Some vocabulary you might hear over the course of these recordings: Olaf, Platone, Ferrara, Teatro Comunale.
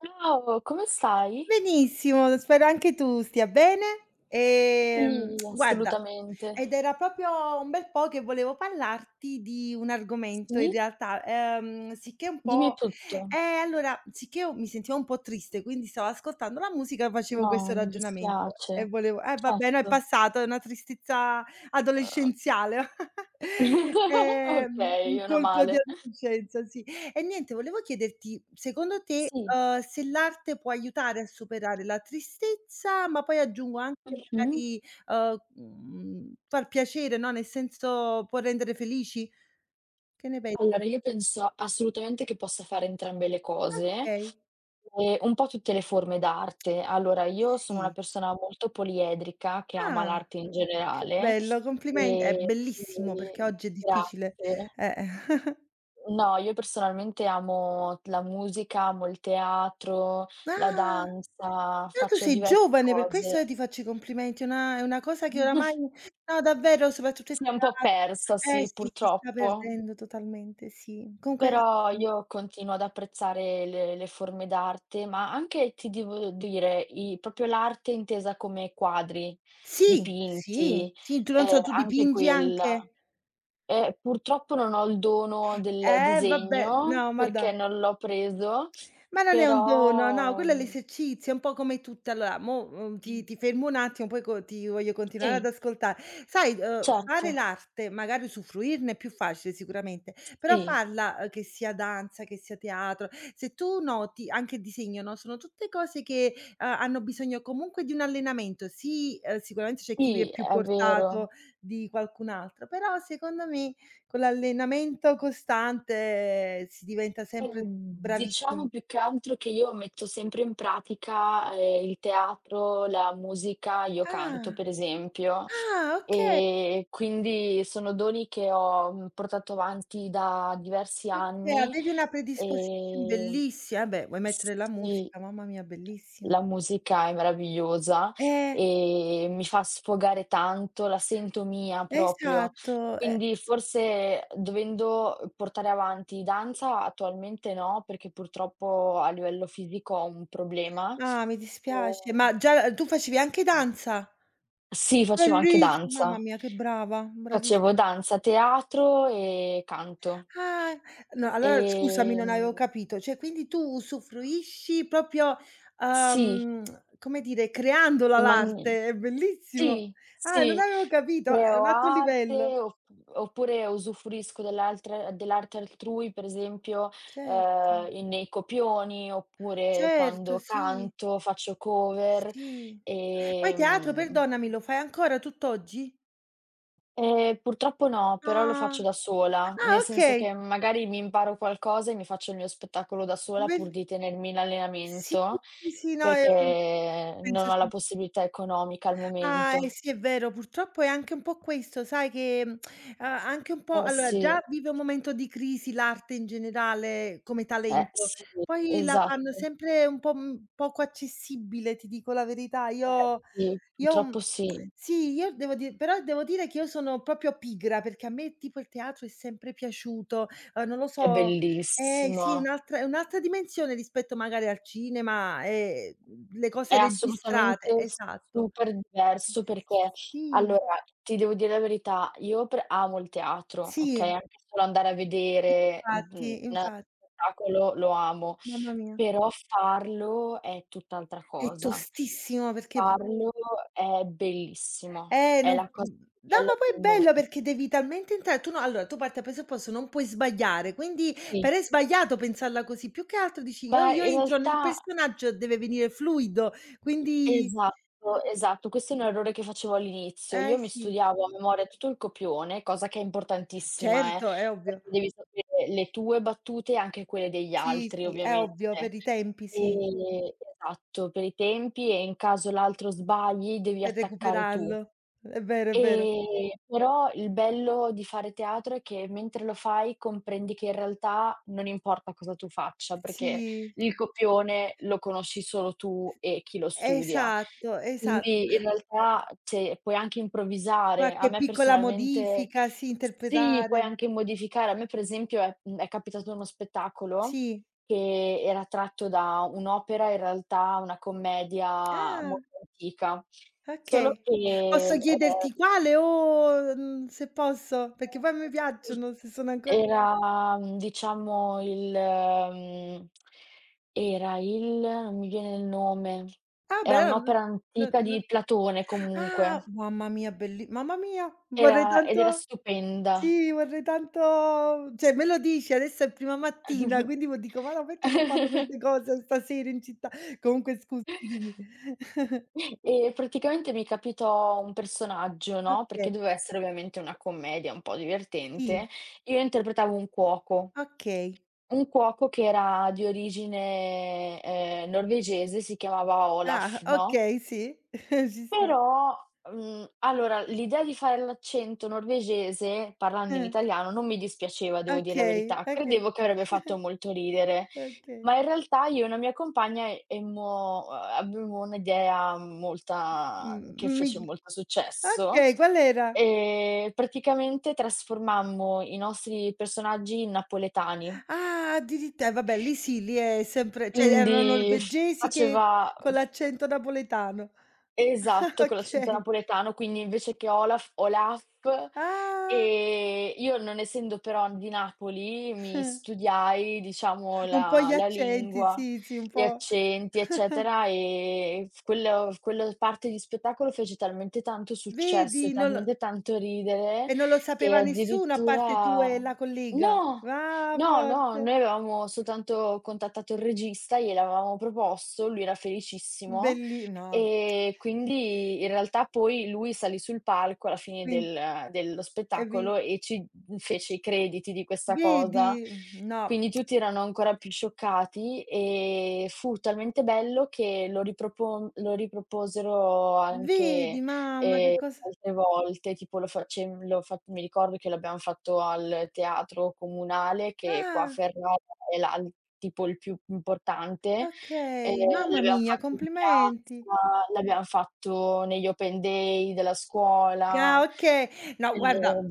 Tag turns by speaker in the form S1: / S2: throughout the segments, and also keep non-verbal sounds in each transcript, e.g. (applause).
S1: Ciao, come stai?
S2: Benissimo, spero anche tu stia bene.
S1: Sì,
S2: Guarda,
S1: assolutamente.
S2: ed era proprio un bel po' che volevo parlarti di un argomento in
S1: Sì?
S2: realtà, sicché un
S1: Dimmi
S2: po',
S1: tutto.
S2: allora, sicché io mi sentivo un po' triste, quindi stavo ascoltando la musica e facevo
S1: No,
S2: questo
S1: mi
S2: ragionamento e
S1: dispiace.
S2: volevo vabbè, no, è
S1: Certo.
S2: passato, è una tristezza
S1: (laughs)
S2: adolescenziale. (laughs)
S1: Okay,
S2: Un
S1: meno
S2: colpo di
S1: male.
S2: adolescenza, sì. E niente, volevo chiederti, secondo te,
S1: Sì.
S2: se l'arte può aiutare a superare la tristezza, ma poi aggiungo anche
S1: Mh-mh.
S2: magari, far piacere, no, nel senso può rendere felici? Che ne pensi?
S1: Allora io penso assolutamente che possa fare entrambe le cose,
S2: Okay.
S1: e un po' tutte le forme d'arte. Allora, io sono una
S2: Sì.
S1: persona molto poliedrica, che ama
S2: Ah,
S1: l'arte in
S2: che
S1: generale,
S2: bello, complimen è
S1: e
S2: bellissimo perché
S1: quindi
S2: oggi è difficile.
S1: grazie.
S2: Eh. (laughs)
S1: No, io personalmente amo la musica, amo il teatro, la
S2: Ah,
S1: danza,
S2: però tu
S1: faccio
S2: sei
S1: diverse
S2: giovane, per
S1: cose.
S2: questo io ti faccio i complimenti, è una cosa che oramai
S1: (laughs)
S2: no, davvero, soprattutto il
S1: Si è un po'
S2: teatro.
S1: persa,
S2: Eh
S1: sì,
S2: sì, si sta
S1: purtroppo.
S2: perdendo totalmente, sì. Comunque
S1: Però io continuo ad apprezzare le forme d'arte, ma anche ti devo dire, i proprio l'arte intesa come quadri,
S2: sì, sì,
S1: dipinti,
S2: sì, tu non so, tu
S1: anche
S2: dipingi
S1: quella.
S2: anche?
S1: Purtroppo non ho il dono del
S2: Vabbè,
S1: disegno,
S2: no, ma
S1: perché
S2: dai.
S1: non l'ho preso,
S2: Ma non è un dono, no,
S1: però,
S2: quello è l'esercizio, è un po' come tutte allora mo, ti fermo un attimo, poi co ti voglio continuare ad
S1: sì,
S2: ascoltare. Sai,
S1: certo,
S2: fare l'arte, magari usufruirne è più facile sicuramente, però
S1: sì,
S2: farla, che sia danza, che sia teatro, se tu noti anche disegno, no, sono tutte cose che, hanno bisogno comunque di un allenamento. Sì, sicuramente c'è chi è
S1: sì,
S2: più
S1: è
S2: portato
S1: vero.
S2: di qualcun altro, però secondo me con l'allenamento costante si diventa sempre bravissimi.
S1: Diciamo più che altro che io metto sempre in pratica, il teatro, la musica, io canto
S2: Ah,
S1: per esempio,
S2: ah, okay,
S1: quindi sono doni che ho, portato avanti da diversi
S2: okay,
S1: anni,
S2: avevi una predisposizion
S1: ehm
S2: bellissima. Eh beh, vuoi mettere la
S1: sì.
S2: musica, mamma mia bellissima.
S1: La musica è meravigliosa
S2: Eh,
S1: e mi fa sfogare tanto, la sento mia proprio.
S2: esatto, eh.
S1: Quindi forse dovendo, portare avanti danza attualmente no, perché purtroppo a livello fisico ho un problema.
S2: Ah, mi dispiace,
S1: Ehm
S2: ma già tu facevi anche danza?
S1: Sì, facevo anche
S2: Bellissi Mamma
S1: danza.
S2: mia che brava, bravis
S1: Facevo danza, teatro e canto.
S2: ah, no allora scusami non avevo
S1: Ehm
S2: capito, cioè quindi tu usufruisci proprio,
S1: sì,
S2: uhm, come dire, creandola
S1: in magni
S2: l'arte, è bellissimo.
S1: sì,
S2: Ah, non
S1: sì,
S2: avevo capito, è un
S1: creo
S2: altro livello.
S1: arte op oppure usufruisco dell'arte altrui, per esempio,
S2: Certo.
S1: in nei copioni, oppure
S2: Certo,
S1: quando
S2: sì,
S1: canto, faccio cover,
S2: sì. Poi teatro,
S1: ehm,
S2: perdonami, lo fai ancora tutt'oggi?
S1: purtroppo no, però lo
S2: Ah.
S1: faccio da sola,
S2: Ah,
S1: nel senso che
S2: okay.
S1: magari mi imparo qualcosa e mi faccio il mio spettacolo da sola
S2: Bel
S1: pur di tenermi in
S2: sì,
S1: allenamento,
S2: sì, sì, no,
S1: perché non
S2: penso
S1: ho
S2: sì.
S1: la possibilità economica al
S2: Ah, eh
S1: momento.
S2: sì, è vero, purtroppo è anche un po' questo, sai che, a anche un po'
S1: Eh
S2: allora
S1: sì.
S2: già vive un momento di crisi l'arte in generale come talento,
S1: Sì,
S2: poi la fanno
S1: esatto.
S2: sempre un po' poco accessibile, ti dico la verità.
S1: Eh, sì,
S2: Io mhmm,
S1: purtroppo sì.
S2: sì, io devo di però devo dire che io sono proprio pigra, perché a me tipo il teatro è sempre piaciuto, non lo
S1: È
S2: so eh sì,
S1: bellissimo.
S2: un'altra dimensione rispetto magari al cinema e, le
S1: È
S2: cose registrate,
S1: assolutamente
S2: esatto.
S1: super diverso perché
S2: Sì,
S1: allora, ti devo dire la verità, io pre amo il teatro, okay,
S2: sì,
S1: anche solo andare a vedere,
S2: infatti,
S1: una
S2: infatti,
S1: spettacolo lo amo,
S2: mamma mia.
S1: però farlo è tutt'altra
S2: È
S1: cosa.
S2: tostissimo perché p
S1: Farlo è bellissimo,
S2: eh,
S1: è
S2: non
S1: la cosa più
S2: no,
S1: bella
S2: ma poi è
S1: del mondo.
S2: bello perché devi talmente entrare tu no allora, tu parti dal presupposto non puoi sbagliare, quindi
S1: Sì,
S2: per è sbagliato pensarla così, più che altro dici:
S1: ma
S2: "Io
S1: in
S2: entro nel
S1: realtà.
S2: personaggio, deve venire fluido", quindi
S1: Esatto, esatto. Questo è un errore che facevo all'inizio.
S2: eh
S1: Io mi
S2: sì,
S1: studiavo a memoria tutto il copione, cosa che è importantissima,
S2: certo, è
S1: perché
S2: ovvio.
S1: devi sapere le tue battute e anche quelle degli
S2: Sì,
S1: altri
S2: sì, è
S1: ovviamente.
S2: ovvio, per i tempi sì,
S1: Ehm, esatto, per i tempi e in caso l'altro sbagli devi
S2: per
S1: attaccare tu.
S2: recuperarlo. È vero, è vero.
S1: Però il bello di fare teatro è che mentre lo fai comprendi che in realtà non importa cosa tu faccia,
S2: Sì.
S1: perché il copione lo conosci solo tu e chi lo studia.
S2: Esatto, esatto.
S1: Quindi in realtà, cioè, puoi anche improvvisare. A
S2: Qualche
S1: me
S2: piccola
S1: personalmente
S2: modifica, sì,
S1: sì, puoi
S2: interpretare.
S1: anche modificare. A me per esempio è capitato uno spettacolo
S2: Sì.
S1: che era tratto da un'opera, in realtà una commedia
S2: Ah.
S1: molto antica. Solo
S2: Okay.
S1: che,
S2: Posso chiederti quale o se posso? Perché poi a me piacciono, se sono ancora
S1: era, diciamo il era il non mi viene il nome.
S2: ah beh,
S1: Era
S2: allora non
S1: un'opera
S2: non
S1: antica
S2: non
S1: di Platone
S2: ah,
S1: comunque.
S2: mamma mia belli mamma mia,
S1: Era
S2: vorrei
S1: ed era
S2: tanto
S1: stupenda.
S2: sì, vorrei tanto cioè me lo dici, adesso è prima mattina, quindi mo dico: "Ma no, perché non fanno queste cose stasera in città?" Comunque scusa, dimmi.
S1: E praticamente mi capitò un personaggio, no,
S2: Okay,
S1: perché doveva essere ovviamente una commedia un po'
S2: sì,
S1: divertente. Io interpretavo
S2: okay.
S1: un cuoco che era di origine, norvegese, si chiamava
S2: Ah,
S1: Olaf, no?
S2: okay, sì, (laughs) ci sta.
S1: Però, allora l'idea di fare l'accento norvegese, parlando in
S2: Eh,
S1: italiano, non mi dispiaceva, devo dir la
S2: okay,
S1: verità.
S2: okay,
S1: Credevo che avrebbe fatto molto ridere,
S2: okay.
S1: ma in realtà io e una mia compagna emmo avemmo un'idea molta che
S2: Mhmm, mi
S1: fece molto successo,
S2: Okay, qual era?
S1: e praticamente trasformammo i nostri personaggi in napoletani.
S2: Ah, addiritt eh vabbè lì sì, lì è sempre cioè erano
S1: Quindi
S2: norvegesi che
S1: faceva.
S2: con l'accento napoletano. (laughs)
S1: Esatto, con l'accento
S2: Okay.
S1: napoletano, quindi invece che Olaf, Olaf.
S2: Ah,
S1: Io non essendo però di Napoli, mi studiai diciamo
S2: un po'
S1: la
S2: gli
S1: la
S2: accenti,
S1: lingua,
S2: sì, sì, un
S1: gli
S2: po'
S1: accenti, eccetera, f quello quella parte di spettacolo fece talmente tanto successo e
S2: vedi, non lo
S1: talmente tanto ridere
S2: e non lo sapeva
S1: che
S2: nessuno a parte tu e
S1: addirittura,
S2: la collega?
S1: no,
S2: Ah,
S1: no, no,
S2: forte.
S1: noi avevamo soltanto contattato il regista, gliel'avevamo proposto, lui era felicissimo
S2: Belli no.
S1: e quindi in realtà poi lui salì sul palco alla fine
S2: Quin
S1: dello
S2: e vi
S1: spettacolo e ci fece i crediti di questa cosa.
S2: vedi? No.
S1: Quindi tutti erano ancora più scioccati e fu talmente bello che lo riproposero
S2: Vedi,
S1: anche,
S2: mamma che cosa
S1: altre volte, tipo lo facem lo fa mi ricordo che l'abbiamo fatto al Teatro Comunale che qua a
S2: ah,
S1: Ferrara è la l tipo il più importante. Ehm,
S2: okay, mamma
S1: l'abbiam
S2: mia,
S1: fatto in
S2: complimenti.
S1: piazza, l'abbiam fatto negli open day della
S2: Ah,
S1: scuola,
S2: okay. No, guarda,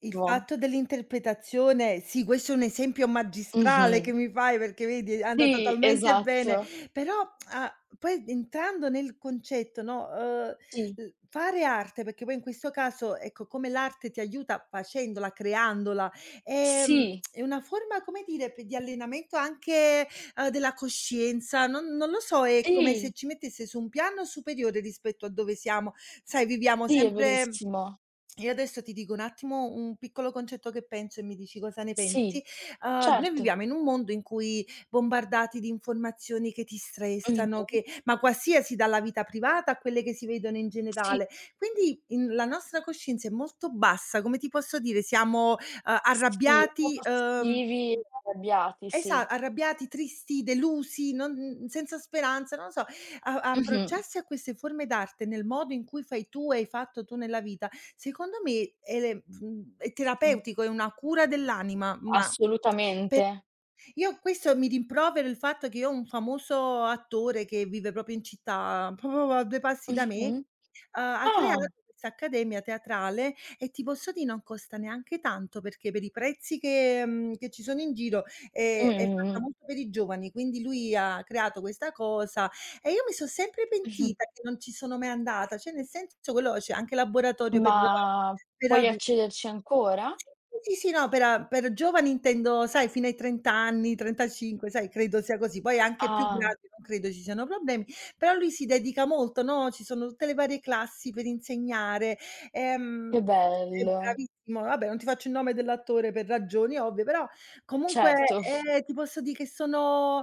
S2: il fatto dell'interpretazione sì, questo è un esempio magistrale
S1: Mh-mh.
S2: che mi fai, perché vedi è andata
S1: Sì,
S2: talmente bene,
S1: esatto.
S2: però, ah, poi entrando nel concetto, no,
S1: Sì,
S2: l fare arte, perché poi in questo caso, ecco, come l'arte ti aiuta facendola, creandola,
S1: sì,
S2: è una forma, come dire, pe di allenamento anche, della coscienza, non lo so, è come se
S1: sì,
S2: ci mettesse su un piano superiore rispetto a dove siamo. Sai, viviamo
S1: sì, è
S2: sempre
S1: verissimo.
S2: io adesso ti dico un attimo un piccolo concetto che penso e mi dici cosa ne
S1: Sì,
S2: pensi. Noi
S1: certo.
S2: viviamo in un mondo in cui bombardati di informazioni che ti stressano,
S1: Mh-mh.
S2: che ma qualsiasi dalla vita privata a quelle che si vedono in
S1: Sì,
S2: generale. Quindi in la nostra coscienza è molto bassa, come ti posso dire, siamo,
S1: sì, un po'
S2: arrabbiati,
S1: passivi e arrabbiati,
S2: Esa
S1: sì.
S2: arrabbiati, tristi, delusi, non senza speranza, non lo so. A
S1: Mh-mh.
S2: Approcciarsi a queste forme d'arte nel modo in cui fai tu e hai fatto tu nella vita, secondo me è
S1: Sì,
S2: terapeutico, è una cura dell'anima, ma pe
S1: assolutamente.
S2: io questo mi rimprovero il fatto che io ho un famoso attore che vive proprio in città, proprio a 2 passi da me,
S1: Mh-mh.
S2: ha
S1: Ah.
S2: creato questa accademia teatrale e ti posso dì non costa neanche tanto, perché per i prezzi che ci sono in giro
S1: Mh,
S2: è
S1: mh,
S2: fatta
S1: mh.
S2: molto per i giovani, quindi lui ha creato questa cosa e io mi so' sempre
S1: Mh-mh.
S2: pentita che non ci sono mai andata, cioè nel senso quello c'è anche laboratorio
S1: Ma
S2: per
S1: puoi
S2: adu
S1: accederci ancora?
S2: sì, sì, no, per giovani intendo, sai, fino ai 30 anni, 35, sai, credo sia così. Poi anche più
S1: Ah,
S2: grandi non credo ci siano problemi, però lui si dedica molto, no, ci sono tutte le varie classi per insegnare,
S1: che
S2: ehm, è
S1: bello.
S2: bravissimo. Vabbè, non ti faccio il nome dell'attore per ragioni ovvie, però comunque,
S1: Certo.
S2: ti posso dì che sono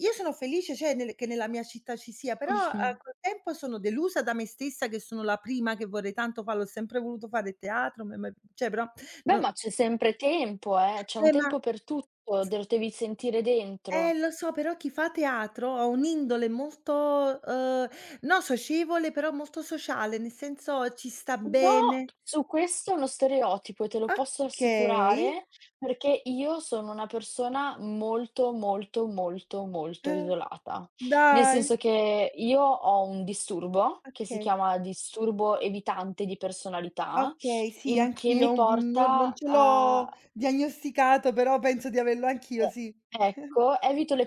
S2: io sono felice, cioè, nella mia città ci sia, però,
S1: Mh-mh.
S2: col tempo sono delusa da me stessa che sono la prima che vorrei tanto fa l'ho sempre voluto fare teatro, m m cioè però
S1: Beh,
S2: No
S1: ma c'è sempre tempo, c'è un
S2: eh, ma
S1: tempo per tutto, te lo devi sentire dentro.
S2: lo so, però chi fa teatro ha un'indole molto, no socievole, però molto sociale, nel senso ci sta
S1: No,
S2: bene.
S1: su questo è uno stereotipo e te lo posso
S2: Okay,
S1: assicurare, perché io sono una persona molto, molto, molto, molto
S2: eh,
S1: isolata. Nel
S2: dai,
S1: senso che io ho un disturbo, che si
S2: okay,
S1: chiama disturbo evitante di personalità,
S2: okay, sì,
S1: in che mi
S2: anch'io, non
S1: porta
S2: ce l'ho
S1: a
S2: diagnosticato, però penso di averlo anch'io, sì.
S1: E ecco, evito le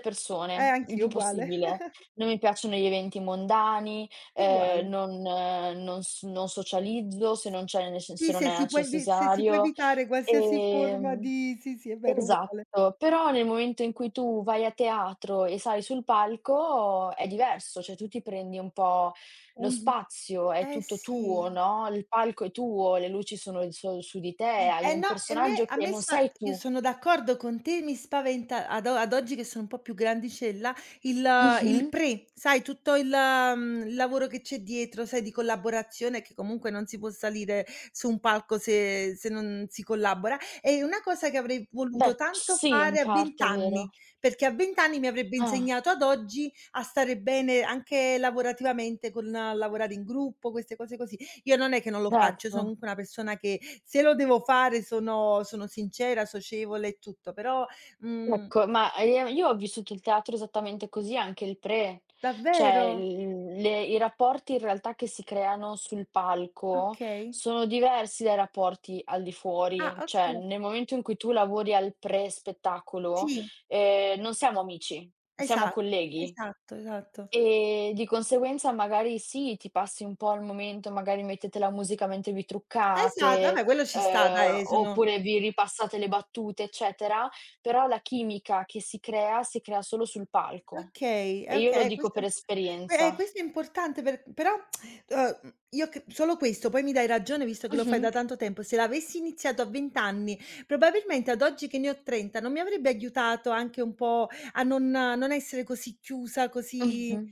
S1: persone il
S2: Anch'io
S1: più
S2: uguale,
S1: possibile.
S2: (laughs)
S1: Non mi piacciono gli eventi mondani,
S2: uguale.
S1: non socializzo se non c'è nece
S2: Sì,
S1: se non è
S2: se si può
S1: necessario.
S2: evitare qualsiasi forma
S1: Ehm
S2: di sì, sì, è vero, uguale.
S1: esatto, però nel momento in cui tu vai a teatro e sali sul palco è diverso, cioè tu ti prendi un po' lo
S2: Un
S1: spazio, è
S2: Eh
S1: tutto
S2: sì.
S1: tuo, no, il palco è tuo, le luci sono il so su di te, hai
S2: Eh
S1: un
S2: no, e me
S1: personaggio
S2: a
S1: che
S2: me
S1: non
S2: sa
S1: sei
S2: io
S1: tu.
S2: sono d'accordo con te, mi spaventa ad oggi che sono un po' più grandicella, il
S1: Mh-mh.
S2: sai tutto il lavoro che c'è dietro, sai, di collaborazione che comunque non si può salire su un palco se non si collabora. È una cosa che avrei voluto
S1: Beh,
S2: tanto
S1: sì,
S2: fare
S1: in
S2: a 20
S1: parte è vero.
S2: anni, perché a 20 anni mi avrebbe
S1: Ah,
S2: insegnato ad oggi a stare bene anche lavorativamente con lavorare in gruppo, queste cose così. Io non è che non lo faccio, io sono
S1: certo.
S2: comunque una persona che se lo devo fare sono sincera, socievole e tutto, però mhmm,
S1: Ecco, ma, io ho vissuto il teatro esattamente così, anche il pre. Cioè,
S2: davvero?
S1: il le i rapporti in realtà che si creano sul palco
S2: Okay.
S1: sono diversi dai rapporti al di
S2: Ah,
S1: fuori. Cioè,
S2: okay.
S1: nel momento in cui tu lavori al pre spettacolo,
S2: Sì,
S1: non siamo amici, siamo
S2: esatto,
S1: colleghi.
S2: esatto, esatto.
S1: E di conseguenza magari sì, ti passi un po' il momento, magari mettete la musica mentre vi
S2: Esatto,
S1: truccate,
S2: vabbè quello ci sta dai, sono
S1: oppure vi ripassate le battute, eccetera, però la chimica che si crea solo sul palco.
S2: okay,
S1: E io lo
S2: okay,
S1: dico per
S2: questo eh,
S1: esperienza.
S2: questo è importante però, io c solo questo, poi mi dai ragione visto che lo fai
S1: Mh-mh,
S2: da tanto tempo, se l'avessi iniziato a 20 anni, probabilmente ad oggi che ne ho 30 non mi avrebbe aiutato anche un po' a non essere così chiusa, così
S1: mh-mh.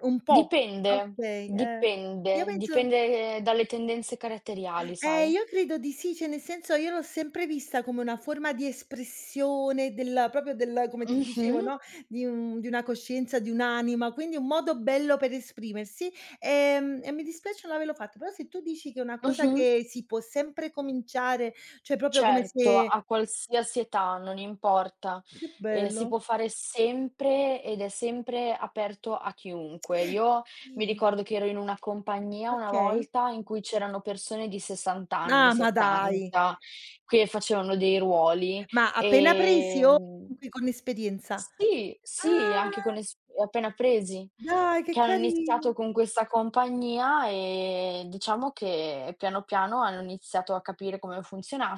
S2: un po'.
S1: Dipende,
S2: Okay, eh. Io
S1: dipende,
S2: penso
S1: dipende dalle tendenze caratteriali, sai.
S2: io credo di sì, cioè nel senso io l'ho sempre vista come una forma di espressione del proprio del come ti dicevo,
S1: Mh-mh,
S2: no, di una coscienza, di un'anima, quindi un modo bello per esprimersi, e mi dispiace non averlo fatto, però se tu dici che è una cosa
S1: mh-mh.
S2: che si può sempre cominciare, cioè proprio come
S1: Certo,
S2: se
S1: a qualsiasi età, non importa,
S2: che bello,
S1: si può fare sempre ed è sempre aperto a chiunque. Io mi
S2: sì,
S1: ricordo che ero in una compagnia una
S2: okay.
S1: volta in cui c'erano persone di 60 anni,
S2: Ah, ma dai,
S1: 70 che facevano dei ruoli,
S2: ma appena presi o
S1: ehm
S2: comunque con esperienza?
S1: sì, sì, anche con
S2: Ah,
S1: es appena presi,
S2: dai che
S1: che hanno
S2: carini.
S1: iniziato con questa compagnia e diciamo che piano piano hanno iniziato a capire come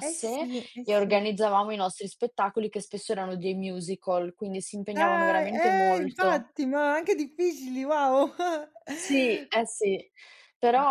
S2: Eh sì, eh
S1: e
S2: sì.
S1: organizzavamo i nostri spettacoli che spesso erano dei musical, quindi si impegnavano
S2: Dai,
S1: veramente molto.
S2: infatti, ma anche difficili, wow.
S1: Sì,
S2: (laughs)
S1: eh sì.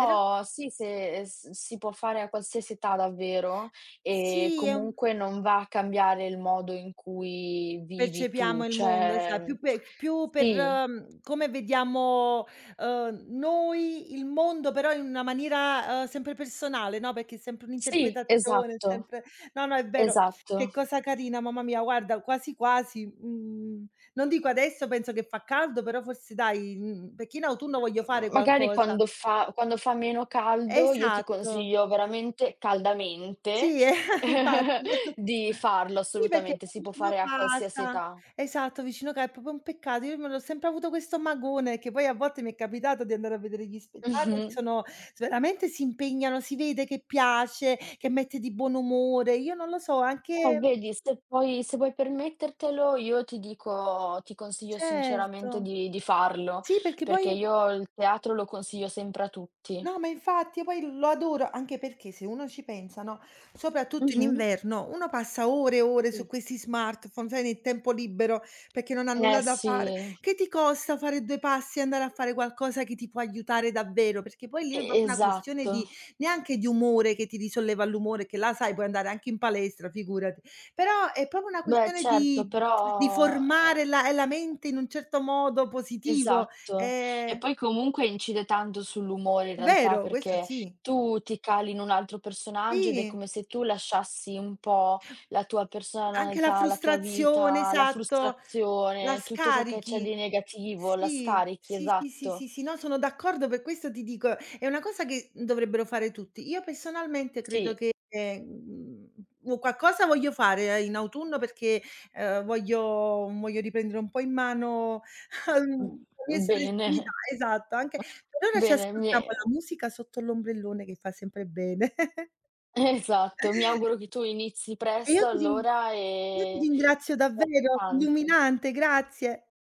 S2: Però
S1: sì, se s si può fare a qualsiasi età davvero e
S2: sì, è un
S1: comunque non va a cambiare il modo in cui vivi tu,
S2: percepiamo il mondo,
S1: cioè,
S2: esa più pe più per,
S1: sì,
S2: come vediamo, noi il mondo, però in una maniera, sempre personale, no, perché è sempre
S1: sì,
S2: un'interpretazione, è
S1: esatto,
S2: sempre no, no, è vero. Che
S1: esatto.
S2: cosa carina, mamma mia, guarda, quasi quasi, non dico adesso, penso che fa caldo, però forse dai, perché in autunno voglio
S1: M
S2: fare
S1: Magari
S2: qualcosa.
S1: quando fa meno caldo io ti
S2: Esatto.
S1: consiglio veramente caldamente
S2: Sì, (laughs) infatti.
S1: (laughs) di farlo
S2: Sì, perché è
S1: assolutamente, si può
S2: vicino
S1: fare a qualsiasi
S2: casa
S1: età.
S2: esatto, vicino ca è proprio un peccato. Io me l'ho sempre avuto questo magone, che poi a volte mi è capitato di andare a vedere gli spettacoli,
S1: Mh-mh.
S2: sono s veramente si impegnano, si vede che piace, che mette di buon umore. Io non lo so, anche
S1: Vedi, se puoi permettertelo, io ti dico ti consiglio sinceramente
S2: certo.
S1: di farlo,
S2: Sì, perché
S1: perché
S2: poi
S1: io il teatro lo consiglio sempre a tutti.
S2: no, ma infatti, poi lo adoro, anche perché se uno ci pensa, no, soprattutto in
S1: Mh-mh.
S2: inverno, uno passa ore e ore su
S1: Sì.
S2: questi smartphone, sai, nel tempo libero, perché non ha
S1: Eh
S2: nulla da fare.
S1: sì,
S2: Che ti costa fare 2 passi e andare a fare qualcosa che ti può aiutare davvero? Perché poi lì è
S1: e
S2: proprio una questione
S1: esatto.
S2: di neanche di umore che ti risolleva l'umore, che là sai puoi andare anche in palestra, figurati. Però è proprio una
S1: Beh
S2: questione
S1: certo,
S2: di
S1: però,
S2: formare la mente in un certo modo positivo.
S1: esatto. E
S2: Ehm
S1: poi comunque incide tanto sull'umore in realtà,
S2: Vero, questo
S1: perché
S2: sì.
S1: tu ti cali in un altro personaggio ed è
S2: Sì.
S1: come se tu lasciassi un po' la tua
S2: Anche la
S1: personalità, la tua
S2: frustrazione,
S1: vita, la
S2: esatto, la
S1: frustrazione, tutto ciò che c'è
S2: scarichi.
S1: di negativo, la
S2: Sì,
S1: scarichi,
S2: sì, sì, sì,
S1: esatto.
S2: sì, sì, no, sono d'accordo, per questo ti dico, è una cosa che dovrebbero fare tutti. Io personalmente credo
S1: Sì.
S2: che, u qualcosa voglio fare in autunno perché, voglio riprendere un po' in mano (laughs)
S1: Mh,
S2: la mia espressività,
S1: bene.
S2: esatto, anche
S1: (laughs)
S2: per ora ci
S1: Bene, mi
S2: ascoltiamo
S1: è
S2: la musica sotto l'ombrellone che fa sempre bene. (laughs)
S1: esatto, mi auguro che tu inizi
S2: E
S1: presto allora,
S2: io ti
S1: e
S2: ringrazio
S1: ti ringrazio
S2: davvero,
S1: tanto.
S2: illuminante, grazie.